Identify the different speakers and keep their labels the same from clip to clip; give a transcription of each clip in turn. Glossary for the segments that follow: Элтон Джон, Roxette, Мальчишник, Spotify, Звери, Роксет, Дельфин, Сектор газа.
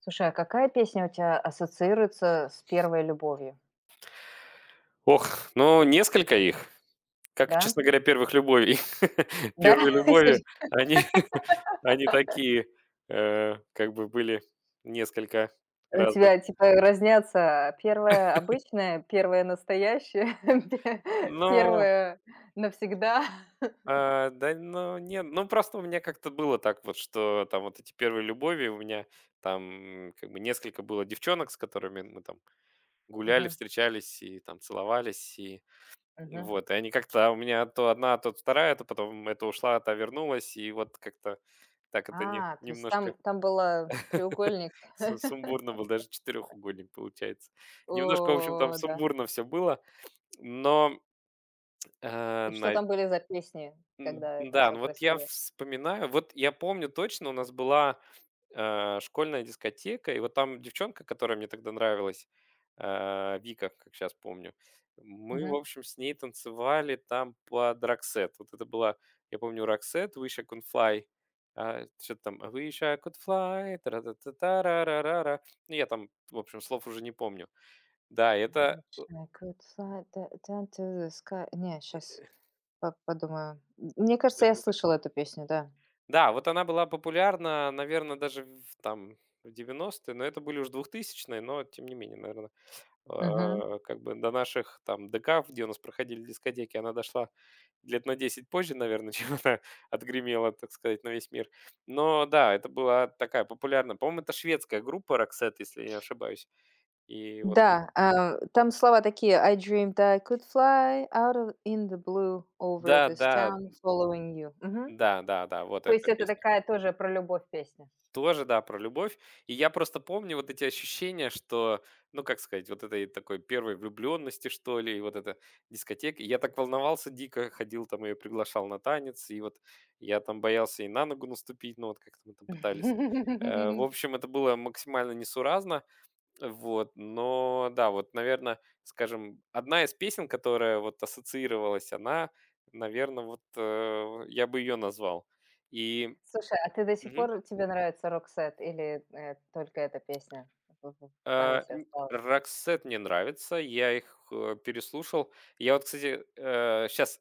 Speaker 1: Слушай, а какая песня у тебя ассоциируется с первой любовью?
Speaker 2: Ох, ну, несколько их. Как,
Speaker 1: Да?
Speaker 2: честно говоря, первых любовей.
Speaker 1: Да?
Speaker 2: Первые
Speaker 1: Серь
Speaker 2: любови, они они такие, как бы были несколько
Speaker 1: У
Speaker 2: разных.
Speaker 1: тебя, типа, разнятся первая обычная, первая настоящая, пе
Speaker 2: Ну,
Speaker 1: первая навсегда.
Speaker 2: а, да, ну, нет, ну, просто у меня как-то было так вот, что там вот эти первые любови у меня там как бы несколько было девчонок, с которыми мы там гуляли,
Speaker 1: Мгм,
Speaker 2: встречались и там целовались, и
Speaker 1: мгм.
Speaker 2: вот, и они как-то у меня то одна, то вторая, то потом это ушла, та вернулась, и вот как-то так это не,
Speaker 1: А, то есть
Speaker 2: немножко
Speaker 1: там был треугольник.
Speaker 2: сумбурно было, даже четырехугольник получается. Немножко, в общем, там
Speaker 1: О, да.
Speaker 2: сумбурно все было, но, э,
Speaker 1: И что
Speaker 2: на-
Speaker 1: там были за песни, когда это
Speaker 2: да,
Speaker 1: все
Speaker 2: ну вот я
Speaker 1: происходило?
Speaker 2: вспоминаю, вот я помню точно, у нас была школьная дискотека. И вот там девчонка, которая мне тогда нравилась, Вика, как сейчас помню, мы, в
Speaker 1: Мгм.
Speaker 2: общем, с ней танцевали там под Roxette. Вот это была, я помню, Roxette, Wish I Could Fly. Что-то там «I Wish I Could Fly, тра-та-та-та-ра-ра-ра-ра. Ну, я там, в общем, слов уже не помню. Да,
Speaker 1: Wish I could fly d down to the sky. Не, сейчас. По подумаю. Мне кажется,
Speaker 2: да,
Speaker 1: я
Speaker 2: да, да.
Speaker 1: слышала эту песню, да.
Speaker 2: Да, вот она была популярна, наверное, даже в 90-е, но это были уже 2000-е, но тем не менее, наверное,
Speaker 1: Мгм.
Speaker 2: Как бы до наших там ДК, где у нас проходили дискотеки, она дошла лет на 10 позже, наверное, чем она отгремела, так сказать, на весь мир. Но да, это была такая популярная, по-моему, это шведская группа Roxette, если я не ошибаюсь. И вот
Speaker 1: Да, а, там слова такие: "I dreamed I could fly out of in the blue over
Speaker 2: да,
Speaker 1: this
Speaker 2: да,
Speaker 1: town following you". Мгм.
Speaker 2: да, да, да, вот
Speaker 1: То
Speaker 2: эта
Speaker 1: есть это
Speaker 2: песня.
Speaker 1: такая тоже про любовь песня.
Speaker 2: Тоже, да, про любовь. И я просто помню вот эти ощущения, что, ну, как сказать, вот этой такой первой влюбленности, что ли, и вот эта дискотека. И я так волновался дико, ходил там, ее приглашал на танец, и вот я там боялся и на ногу наступить, ну, вот как-то мы там пытались. В общем, это было максимально несуразно, вот, но, да, вот, наверное, скажем, одна из песен, которая вот ассоциировалась, она, наверное, вот я бы ее назвал. И,
Speaker 1: Слушай, а ты до сих пор тебе нравится "Роксет" или, только эта песня в
Speaker 2: Э,
Speaker 1: памяти
Speaker 2: н
Speaker 1: осталась?
Speaker 2: "Roxette" мне нравится, я их, переслушал. Я вот, кстати, сейчас.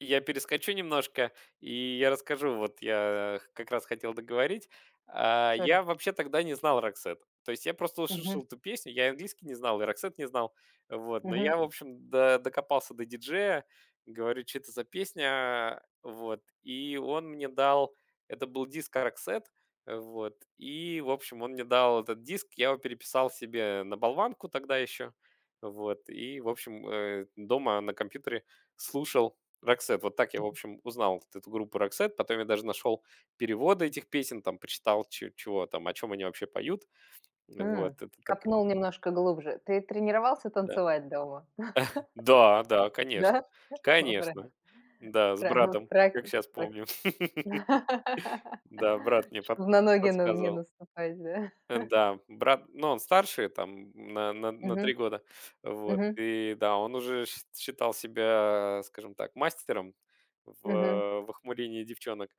Speaker 2: Я перескочу немножко, и я расскажу. Вот я как раз хотел договорить.
Speaker 1: Сори.
Speaker 2: Я вообще тогда не знал Роксет. То есть я просто
Speaker 1: Мгм,
Speaker 2: услышал эту песню, я и английский не знал, и Роксет не знал. Вот. Но
Speaker 1: мгм.
Speaker 2: я, в общем, докопался до диджея, говорю, что это за песня. Вот. И он мне дал... Это был диск Роксет. Вот. И, в общем, он мне дал этот диск, я его переписал себе на болванку тогда еще. Вот. И, в общем, дома на компьютере слушал Roxette. Вот так я, в общем, узнал вот эту группу Roxette. Потом я даже нашел переводы этих песен, там прочитал, чего там, о чем они вообще поют.
Speaker 1: М,
Speaker 2: Вот, это так,
Speaker 1: копнул немножко глубже. Ты тренировался
Speaker 2: да.
Speaker 1: танцевать дома?
Speaker 2: Да, да,
Speaker 1: Да?
Speaker 2: конечно. Конечно. Да, с
Speaker 1: Пра
Speaker 2: братом,
Speaker 1: прак
Speaker 2: как сейчас
Speaker 1: прак
Speaker 2: помню. Да, брат мне
Speaker 1: Чтоб на ноги на не
Speaker 2: подсказывал.
Speaker 1: наступать, да?
Speaker 2: Да, брат, ну, он старше там на 3
Speaker 1: Мгм,
Speaker 2: года. Вот,
Speaker 1: мгм,
Speaker 2: и да, он уже ш считал себя, скажем так, мастером в
Speaker 1: мгм,
Speaker 2: в охмурении девчонок.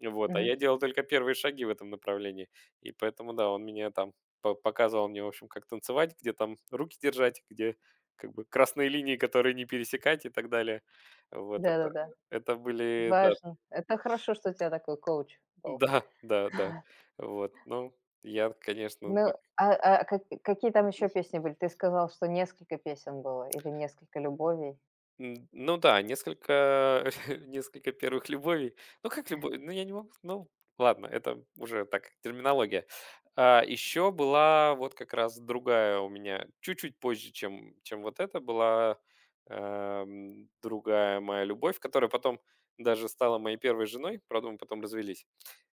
Speaker 2: Вот, а
Speaker 1: мгм.
Speaker 2: я делал только первые шаги в этом направлении. И поэтому, да, он меня там по показывал мне, в общем, как танцевать, где там руки держать, где как бы красные линии, которые не пересекать и так далее. Вот это
Speaker 1: Да-да-да,
Speaker 2: это были, да,
Speaker 1: важно. Это хорошо, что у тебя такой коуч был.
Speaker 2: да, да, да. Вот, ну, я, конечно,
Speaker 1: Ну,
Speaker 2: так.
Speaker 1: а а ка какие там еще песни были? Ты сказал, что несколько песен было или несколько любовей.
Speaker 2: Н ну да, несколько несколько первых любовей. Ну, как любовь, ну, я не могу, ну, ладно, это уже так, терминология. Еще была вот как раз другая у меня, чуть-чуть позже, чем вот это была, другая моя любовь, которая потом даже стала моей первой женой. Правда, мы потом развелись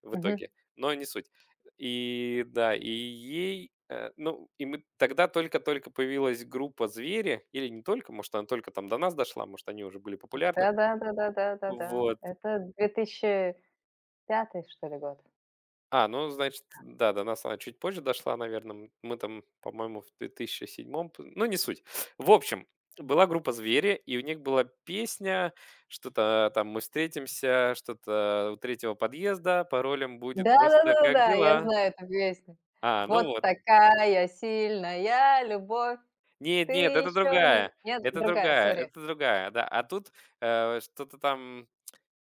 Speaker 2: в
Speaker 1: Мгм.
Speaker 2: итоге, но не суть. И да, и ей, ну, и мы тогда только-только появилась группа "Звери", или не только, может, она только там до нас дошла, может, они уже были популярны.
Speaker 1: Да-да-да-да-да-да-да.
Speaker 2: Вот.
Speaker 1: Это 2005 что ли год?
Speaker 2: Ну, значит, да, до нас она чуть позже дошла, наверное. Мы там, по-моему, в 2007, п ну, не суть. В общем, была группа "Звери", и у них была песня, что-то там: "Мы встретимся", что-то: "У третьего подъезда", паролем будет
Speaker 1: Да, да,
Speaker 2: просто:
Speaker 1: да,
Speaker 2: "Как
Speaker 1: да, я
Speaker 2: дела?"
Speaker 1: знаю эту песню.
Speaker 2: А, ну
Speaker 1: Вот
Speaker 2: вот.
Speaker 1: такая сильная любовь.
Speaker 2: Нет,
Speaker 1: Ты
Speaker 2: нет, это
Speaker 1: еще не
Speaker 2: другая,
Speaker 1: нет,
Speaker 2: это
Speaker 1: другая,
Speaker 2: другая,
Speaker 1: сори.
Speaker 2: это другая, да. А тут, что-то там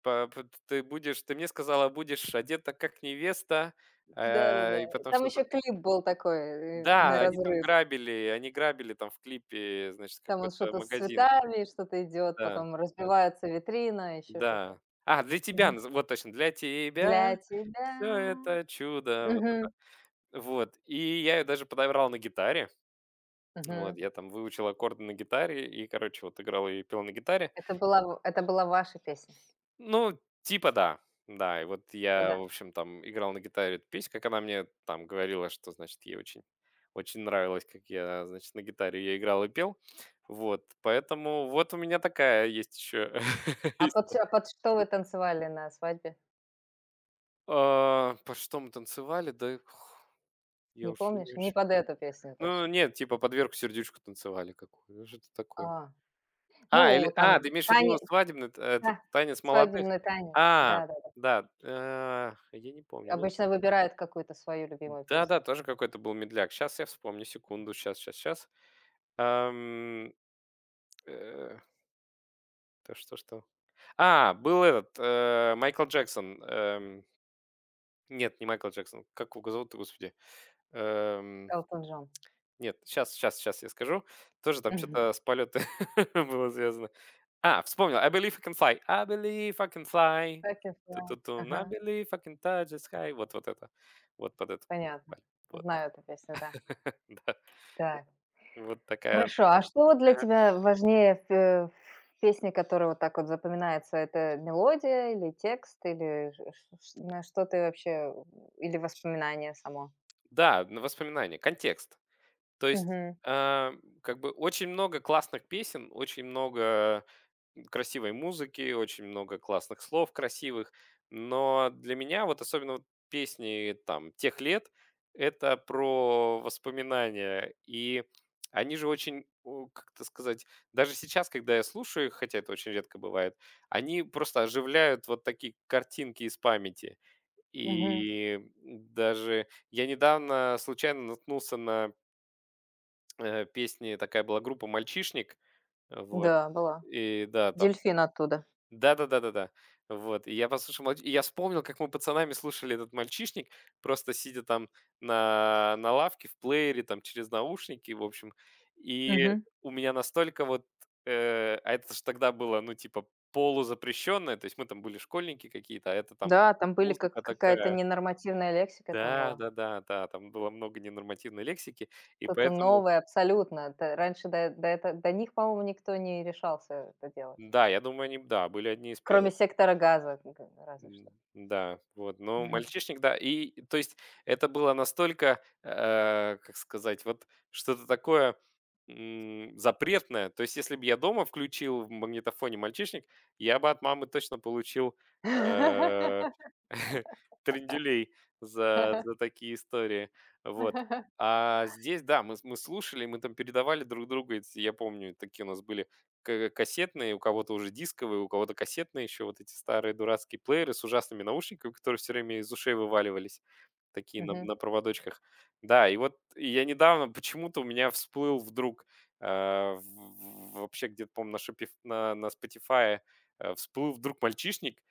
Speaker 2: по п ты будешь ты мне сказала, будешь одета как невеста, и
Speaker 1: Да-да-да.
Speaker 2: потом
Speaker 1: Там еще
Speaker 2: что-то.
Speaker 1: клип был такой, на
Speaker 2: Да, они там
Speaker 1: разрыв.
Speaker 2: грабили, они грабили там в клипе, значит,
Speaker 1: Там он
Speaker 2: какой-то
Speaker 1: что-то с
Speaker 2: магазин.
Speaker 1: цветами, что-то идет,
Speaker 2: Да,
Speaker 1: потом
Speaker 2: да,
Speaker 1: разбивается витрина, еще
Speaker 2: да.
Speaker 1: что-то.
Speaker 2: "Для тебя"
Speaker 1: Мгм.
Speaker 2: назы вот точно, "Для тебя
Speaker 1: Для тебя.
Speaker 2: все это чудо", вот это.
Speaker 1: Мгм,
Speaker 2: Вот, и я её даже подобрал на гитаре. Вот,
Speaker 1: мгм.
Speaker 2: я там выучил аккорды на гитаре и, короче, вот играл и пел на гитаре.
Speaker 1: Это была ваша песня.
Speaker 2: Ну, типа да. Да, и вот я, в
Speaker 1: Да.
Speaker 2: общем, там играл на гитаре эту песню, как она мне там говорила, что, значит, ей очень, очень нравилось, как я, значит, на гитаре я играл и пел. Вот, поэтому вот у меня такая есть еще.
Speaker 1: А под ш а под что вы танцевали на свадьбе?
Speaker 2: По что мы танцевали? Да ух, я
Speaker 1: Не
Speaker 2: уж и не
Speaker 1: помнишь? Не
Speaker 2: очень...
Speaker 1: под эту песню
Speaker 2: Ну,
Speaker 1: точно.
Speaker 2: нет, типа под Верку Сердючку танцевали какую. Что это такое?
Speaker 1: А, ну, там
Speaker 2: Ты имеешь в виду
Speaker 1: танец
Speaker 2: свадебный этот, танец молодых?
Speaker 1: свадебный танец.
Speaker 2: А,
Speaker 1: Да-да-да.
Speaker 2: да, я не помню. Ну,
Speaker 1: Обычно выбирают какую-то свою любимую
Speaker 2: да-да,
Speaker 1: песню.
Speaker 2: тоже какой-то был медляк. Сейчас я вспомню, секунду. Сейчас, сейчас, сейчас. Ам, э, то что, что? Был этот, Майкл Джексон. Нет, не Майкл Джексон. Как его зовут, Господи? Эм,
Speaker 1: Элтон Джон.
Speaker 2: нет, сейчас, сейчас, сейчас я скажу. Тоже там что
Speaker 1: Мгм.
Speaker 2: то с полёта было связано. А, вспомнил. I believe I can fly. I believe I can fly.
Speaker 1: Так, я знаю.
Speaker 2: Ту-ту-тун. I
Speaker 1: Ага,
Speaker 2: believe I can touch the sky. Вот это. Вот под это.
Speaker 1: понятно.
Speaker 2: Вот.
Speaker 1: Знаю эту песню, да.
Speaker 2: Да.
Speaker 1: Так.
Speaker 2: Вот такая
Speaker 1: Хорошо, а что вот для тебя важнее в, в песне, которая вот так вот запоминается? Это мелодия или текст, или на что ты вообще, или воспоминание само?
Speaker 2: Да, на воспоминания, контекст. То есть,
Speaker 1: Мгм.
Speaker 2: а, как бы очень много классных песен, очень много красивой музыки, очень много классных слов красивых, но для меня вот особенно вот песни там тех лет это про воспоминания, и они же очень, как это сказать, даже сейчас, когда я слушаю их, хотя это очень редко бывает, они просто оживляют вот такие картинки из памяти.
Speaker 1: Мгм.
Speaker 2: И даже я недавно случайно наткнулся на, песни, такая была группа "Мальчишник". Вот,
Speaker 1: Да, была.
Speaker 2: и да, там
Speaker 1: Дельфин оттуда.
Speaker 2: да-да-да-да-да. Вот, и я послушал "Мальч" и я вспомнил, как мы пацанами слушали этот "Мальчишник", просто сидя там на лавке в плеере, там через наушники, в общем. И
Speaker 1: Мгм.
Speaker 2: у меня настолько вот, а это ж тогда было, ну, типа полузапрещенное, то есть мы там были школьники какие-то, а это там
Speaker 1: Да, там были
Speaker 2: музыка
Speaker 1: какая-то
Speaker 2: такая.
Speaker 1: ненормативная лексика там
Speaker 2: Да,
Speaker 1: была.
Speaker 2: да-да, да, да, там было много ненормативной лексики, и
Speaker 1: Что-то
Speaker 2: поэтому,
Speaker 1: новое абсолютно. Это раньше до них, по-моему, никто не решался это делать.
Speaker 2: да, я думаю, они, да, были одни из первых.
Speaker 1: Кроме сектора газа, разве
Speaker 2: М,
Speaker 1: что.
Speaker 2: да, вот, но
Speaker 1: Мгм.
Speaker 2: мальчишник, да, и, то есть, это было настолько, как сказать, вот что-то такое, запретное. То есть, если бы я дома включил в магнитофоне "Мальчишник", я бы от мамы точно получил, э, тренделей за такие истории. Вот. А здесь, да, мы слушали, мы там передавали друг другу эти, я помню, такие у нас были к кассетные, у кого-то уже дисковые, у кого-то кассетные еще вот эти старые дурацкие плееры с ужасными наушниками, которые все время из ушей вываливались, такие на,
Speaker 1: Мгм.
Speaker 2: на проводочках. Да, и вот я недавно почему-то у меня всплыл вдруг э, вообще где-то, по-моему, на Spotify всплыл вдруг мальчишник,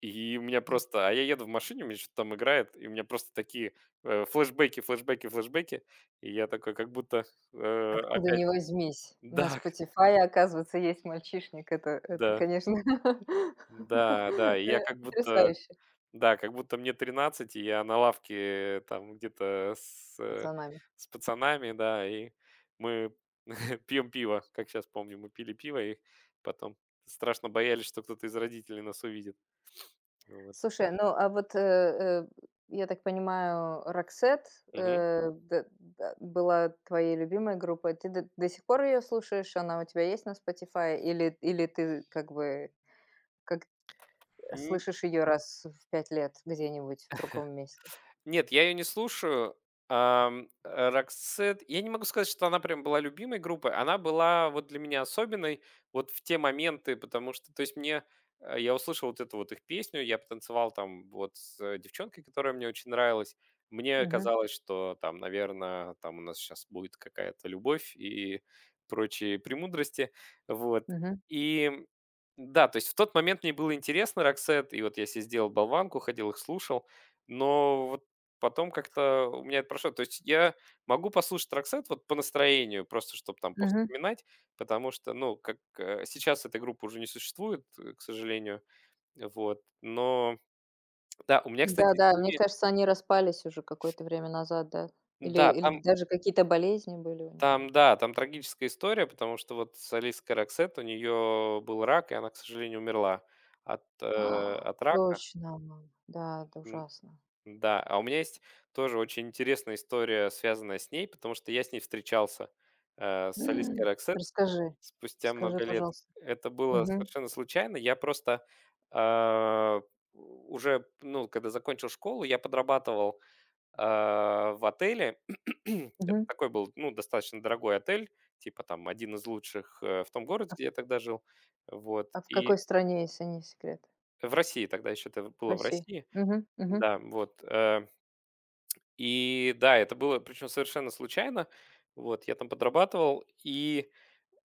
Speaker 2: и у меня просто... А я еду в машине, у меня что-то там играет, и у меня просто такие флешбеки, флешбеки, флешбеки. И я такой как будто
Speaker 1: Откуда
Speaker 2: опять...
Speaker 1: ни возьмись, на
Speaker 2: Да,
Speaker 1: Spotify оказывается, есть "Мальчишник". Это,
Speaker 2: да.
Speaker 1: конечно,
Speaker 2: Да, да, и я как будто,
Speaker 1: потрясающе с
Speaker 2: да, как будто мне 13, и я на лавке там где-то с, э,
Speaker 1: пацанами.
Speaker 2: с пацанами, да, и мы пьем пиво, как сейчас помню, мы пили пиво, и потом страшно боялись, что кто-то из родителей нас увидит. Вот.
Speaker 1: Слушай, ну, а вот, я так понимаю, "Роксет",
Speaker 2: Мгм.
Speaker 1: э, д да, была твоей любимой группой. Ты д до сих пор ее слушаешь? Она у тебя есть на Spotify? Или ты как бы как слышишь ее раз в 5 лет где-нибудь в другом месте?
Speaker 2: Нет, я ее не слушаю. "Роксет" я не могу сказать, что она прям была любимой группой. Она была вот для меня особенной вот в те моменты, потому что, то есть, я услышал вот эту вот их песню, я потанцевал там вот с девчонкой, которая мне очень нравилась. Мне
Speaker 1: Мгм,
Speaker 2: казалось, что там, наверное, там у нас сейчас будет какая-то любовь и прочие премудрости. Вот.
Speaker 1: мгм,
Speaker 2: И да, то есть в тот момент мне было интересно "Роксет", и вот я себе сделал болванку, ходил их слушал, но вот потом как-то у меня это прошло. То есть я могу послушать "Роксет" вот по настроению, просто чтобы там
Speaker 1: мгм.
Speaker 2: повспоминать, потому что, ну, как, сейчас эта группа уже не существует, к сожалению. Вот, но да, у меня, кстати, с
Speaker 1: Да-да, мне
Speaker 2: ними
Speaker 1: кажется, они распались уже какое-то время назад, да.
Speaker 2: да,
Speaker 1: Или
Speaker 2: там
Speaker 1: даже какие-то болезни были у них.
Speaker 2: там, да, там трагическая история, потому что вот солистка "Роксет", у нее был рак, и она, к сожалению, умерла от, э,
Speaker 1: А,
Speaker 2: от рака.
Speaker 1: точно, мам. Да, это ужасно.
Speaker 2: Да, а у меня есть тоже очень интересная история, связанная с ней, потому что я с ней встречался, с солисткой
Speaker 1: М,
Speaker 2: Roxette
Speaker 1: расскажи,
Speaker 2: спустя
Speaker 1: расскажи,
Speaker 2: много лет.
Speaker 1: пожалуйста.
Speaker 2: Это было
Speaker 1: Мгм,
Speaker 2: совершенно случайно. Я просто а, уже, ну, когда закончил школу, я подрабатывал в отеле. Это
Speaker 1: мгм.
Speaker 2: такой был, ну, достаточно дорогой отель, типа там один из лучших в том городе,
Speaker 1: А в
Speaker 2: где я тогда жил. Вот.
Speaker 1: а в какой
Speaker 2: И
Speaker 1: стране, если не секрет?
Speaker 2: в России тогда еще это
Speaker 1: В
Speaker 2: было в
Speaker 1: России?
Speaker 2: России.
Speaker 1: Мгм, мгм.
Speaker 2: Да, вот. И да, это было, причем совершенно случайно. Вот, я там подрабатывал, и,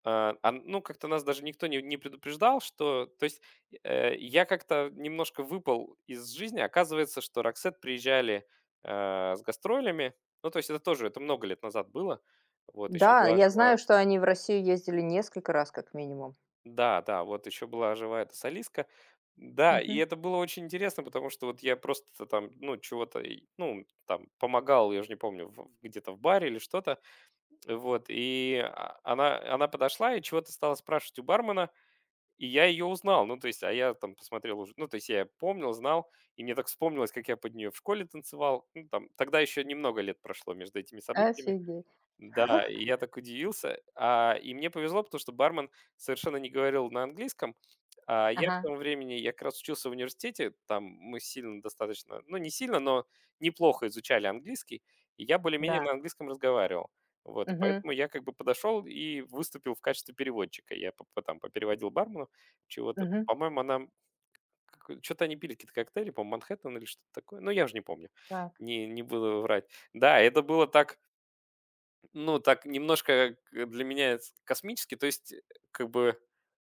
Speaker 2: ну, как-то нас даже никто не предупреждал, что... То есть я как-то немножко выпал из жизни. Оказывается, что Роксет приезжали с гастролями. Ну, то есть это тоже, это много лет назад было. Вот, еще
Speaker 1: Да,
Speaker 2: была
Speaker 1: я
Speaker 2: жива...
Speaker 1: знаю, что они в Россию ездили несколько раз как минимум.
Speaker 2: Да, да, вот еще была жива эта солистка. Да, и
Speaker 1: Мгм.
Speaker 2: это было очень интересно, потому что вот я просто там, ну, чего-то, и, ну, там, помогал, я уже не помню, где-то в баре или что-то. Вот, и она подошла и чего-то стала спрашивать у бармена, и я ее узнал. Ну, то есть, а я там посмотрел уже, ну, то есть, я помнил, знал, и мне так вспомнилось, как я под нее в школе танцевал. Ну, там, тогда еще немного лет прошло между этими событиями.
Speaker 1: Офигеть.
Speaker 2: Да, и я так удивился. А, и мне повезло, потому что бармен совершенно не говорил на английском. А я к
Speaker 1: Ага,
Speaker 2: тому времени, я как раз учился в университете, там мы сильно достаточно, ну не сильно, но неплохо изучали английский, и я более-менее
Speaker 1: да.
Speaker 2: на английском разговаривал. Вот, и
Speaker 1: Мгм,
Speaker 2: поэтому я как бы подошел и выступил в качестве переводчика. Я там попереводил бармену чего-то.
Speaker 1: мгм.
Speaker 2: По-моему, она... Что-то они пили какие-то коктейли, по-моему, Манхэттен или что-то такое. Ну, я уже не помню.
Speaker 1: Так.
Speaker 2: Не, не буду врать. Да, это было так, ну, так немножко к для меня это космически. То есть, как бы,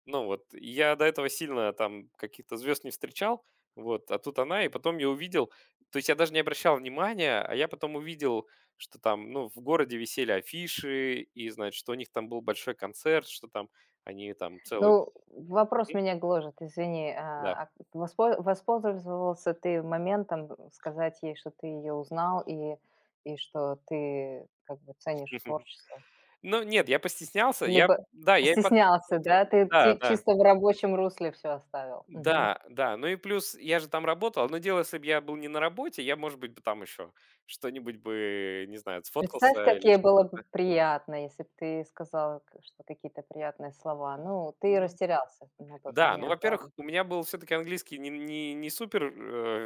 Speaker 2: ну вот, я до этого сильно там каких-то звезд не встречал, вот, а тут она, и потом я увидел, то есть я даже не обращал внимания, а я потом увидел, что там, ну, в городе висели афиши, и, значит, что у них там был большой концерт, что там они там целый.
Speaker 1: Ну, вопрос
Speaker 2: Мгм.
Speaker 1: меня гложет, извини.
Speaker 2: Да.
Speaker 1: А, воспользовался ты моментом, сказать ей, что ты ее узнал и что ты как бы ценишь творчество?
Speaker 2: Ну, нет, я постеснялся, я,
Speaker 1: Либо
Speaker 2: да, я и пот
Speaker 1: постеснялся,
Speaker 2: Ну,
Speaker 1: да? Ты
Speaker 2: да,
Speaker 1: ти
Speaker 2: да.
Speaker 1: чисто в рабочем русле все оставил. Мгм.
Speaker 2: Да, да. Ну и плюс я же там работал. Одно дело, если бы я был не на работе, я, может быть, бы там еще что-нибудь бы, не знаю,
Speaker 1: Представь,
Speaker 2: сфоткался
Speaker 1: как
Speaker 2: или
Speaker 1: ей было
Speaker 2: что-то.
Speaker 1: бы приятно, если б ты сказал, к что какие-то приятные слова. Ну, ты
Speaker 2: Ну
Speaker 1: растерялся на тот
Speaker 2: да, ну,
Speaker 1: момент, ладно.
Speaker 2: во-первых, у меня был все-таки английский не супер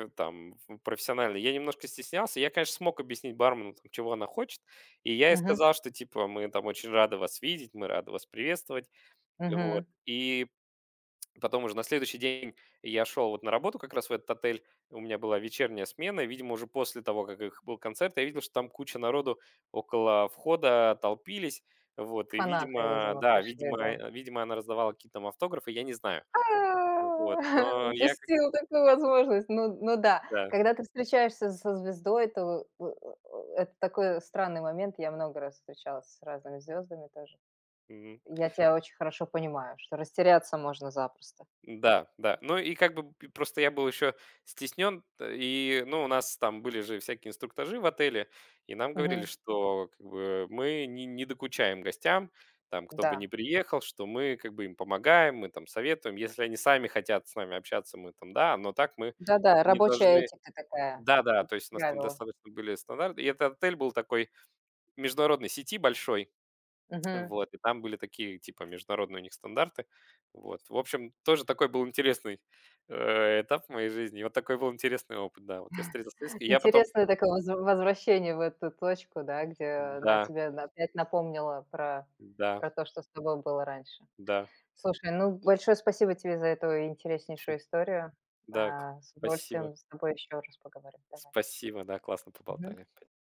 Speaker 2: там профессиональный. Я немножко стеснялся. Я, конечно, смог объяснить бармену, там, чего она хочет. И я ей
Speaker 1: Мгм,
Speaker 2: сказал, что, типа, мы там очень рады вас видеть, мы рады вас приветствовать. Вот.
Speaker 1: мгм.
Speaker 2: И потом уже на следующий день я шел вот на работу как раз в этот отель. У меня была вечерняя смена. И, видимо, уже после того, как их был концерт, я видел, что там куча народу около входа толпились. Вот, и,
Speaker 1: Фанаты,
Speaker 2: видимо,
Speaker 1: видимо,
Speaker 2: да,
Speaker 1: пришли,
Speaker 2: видимо,
Speaker 1: да.
Speaker 2: видимо, она раздавала какие-то там автографы, я не знаю. Вот, но я как.
Speaker 1: Упустил такую возможность. Ну, да,
Speaker 2: Да.
Speaker 1: когда ты встречаешься со звездой, то это такой странный момент. Я много раз встречалась с разными звездами тоже. Я тебя очень хорошо понимаю, что растеряться можно запросто.
Speaker 2: Да, да. Ну и как бы п просто я был еще стеснен, и, ну, у нас там были же всякие инструктажи в отеле, и нам говорили,
Speaker 1: Мгм.
Speaker 2: что как бы мы не докучаем гостям, там, кто бы ни
Speaker 1: Да.
Speaker 2: приехал, что мы как бы им помогаем, мы там советуем. Если они сами хотят с нами общаться, мы там, да, но так мы
Speaker 1: Да-да,
Speaker 2: не
Speaker 1: рабочая
Speaker 2: должны.
Speaker 1: этика такая,
Speaker 2: Да-да, то есть у нас там
Speaker 1: правило.
Speaker 2: достаточно были стандарты. И этот отель был такой международной сети большой.
Speaker 1: Мгм.
Speaker 2: Вот, и там были такие, типа, международные у них стандарты. Вот. В общем, тоже такой был интересный, этап в моей жизни. И вот такой был интересный опыт, да. Вот я встретился с Лизкой, и я потом.
Speaker 1: Интересное такое возвращение в эту точку, да, где она
Speaker 2: Да,
Speaker 1: тебе опять напомнила про
Speaker 2: да,
Speaker 1: про то, что с тобой было раньше.
Speaker 2: да,
Speaker 1: Слушай, ну, большое спасибо тебе за эту интереснейшую историю.
Speaker 2: да, к,
Speaker 1: А, с
Speaker 2: спасибо,
Speaker 1: удовольствием с тобой еще раз поговорим. Давай.
Speaker 2: спасибо, да, классно
Speaker 1: Мгм.
Speaker 2: поболтали.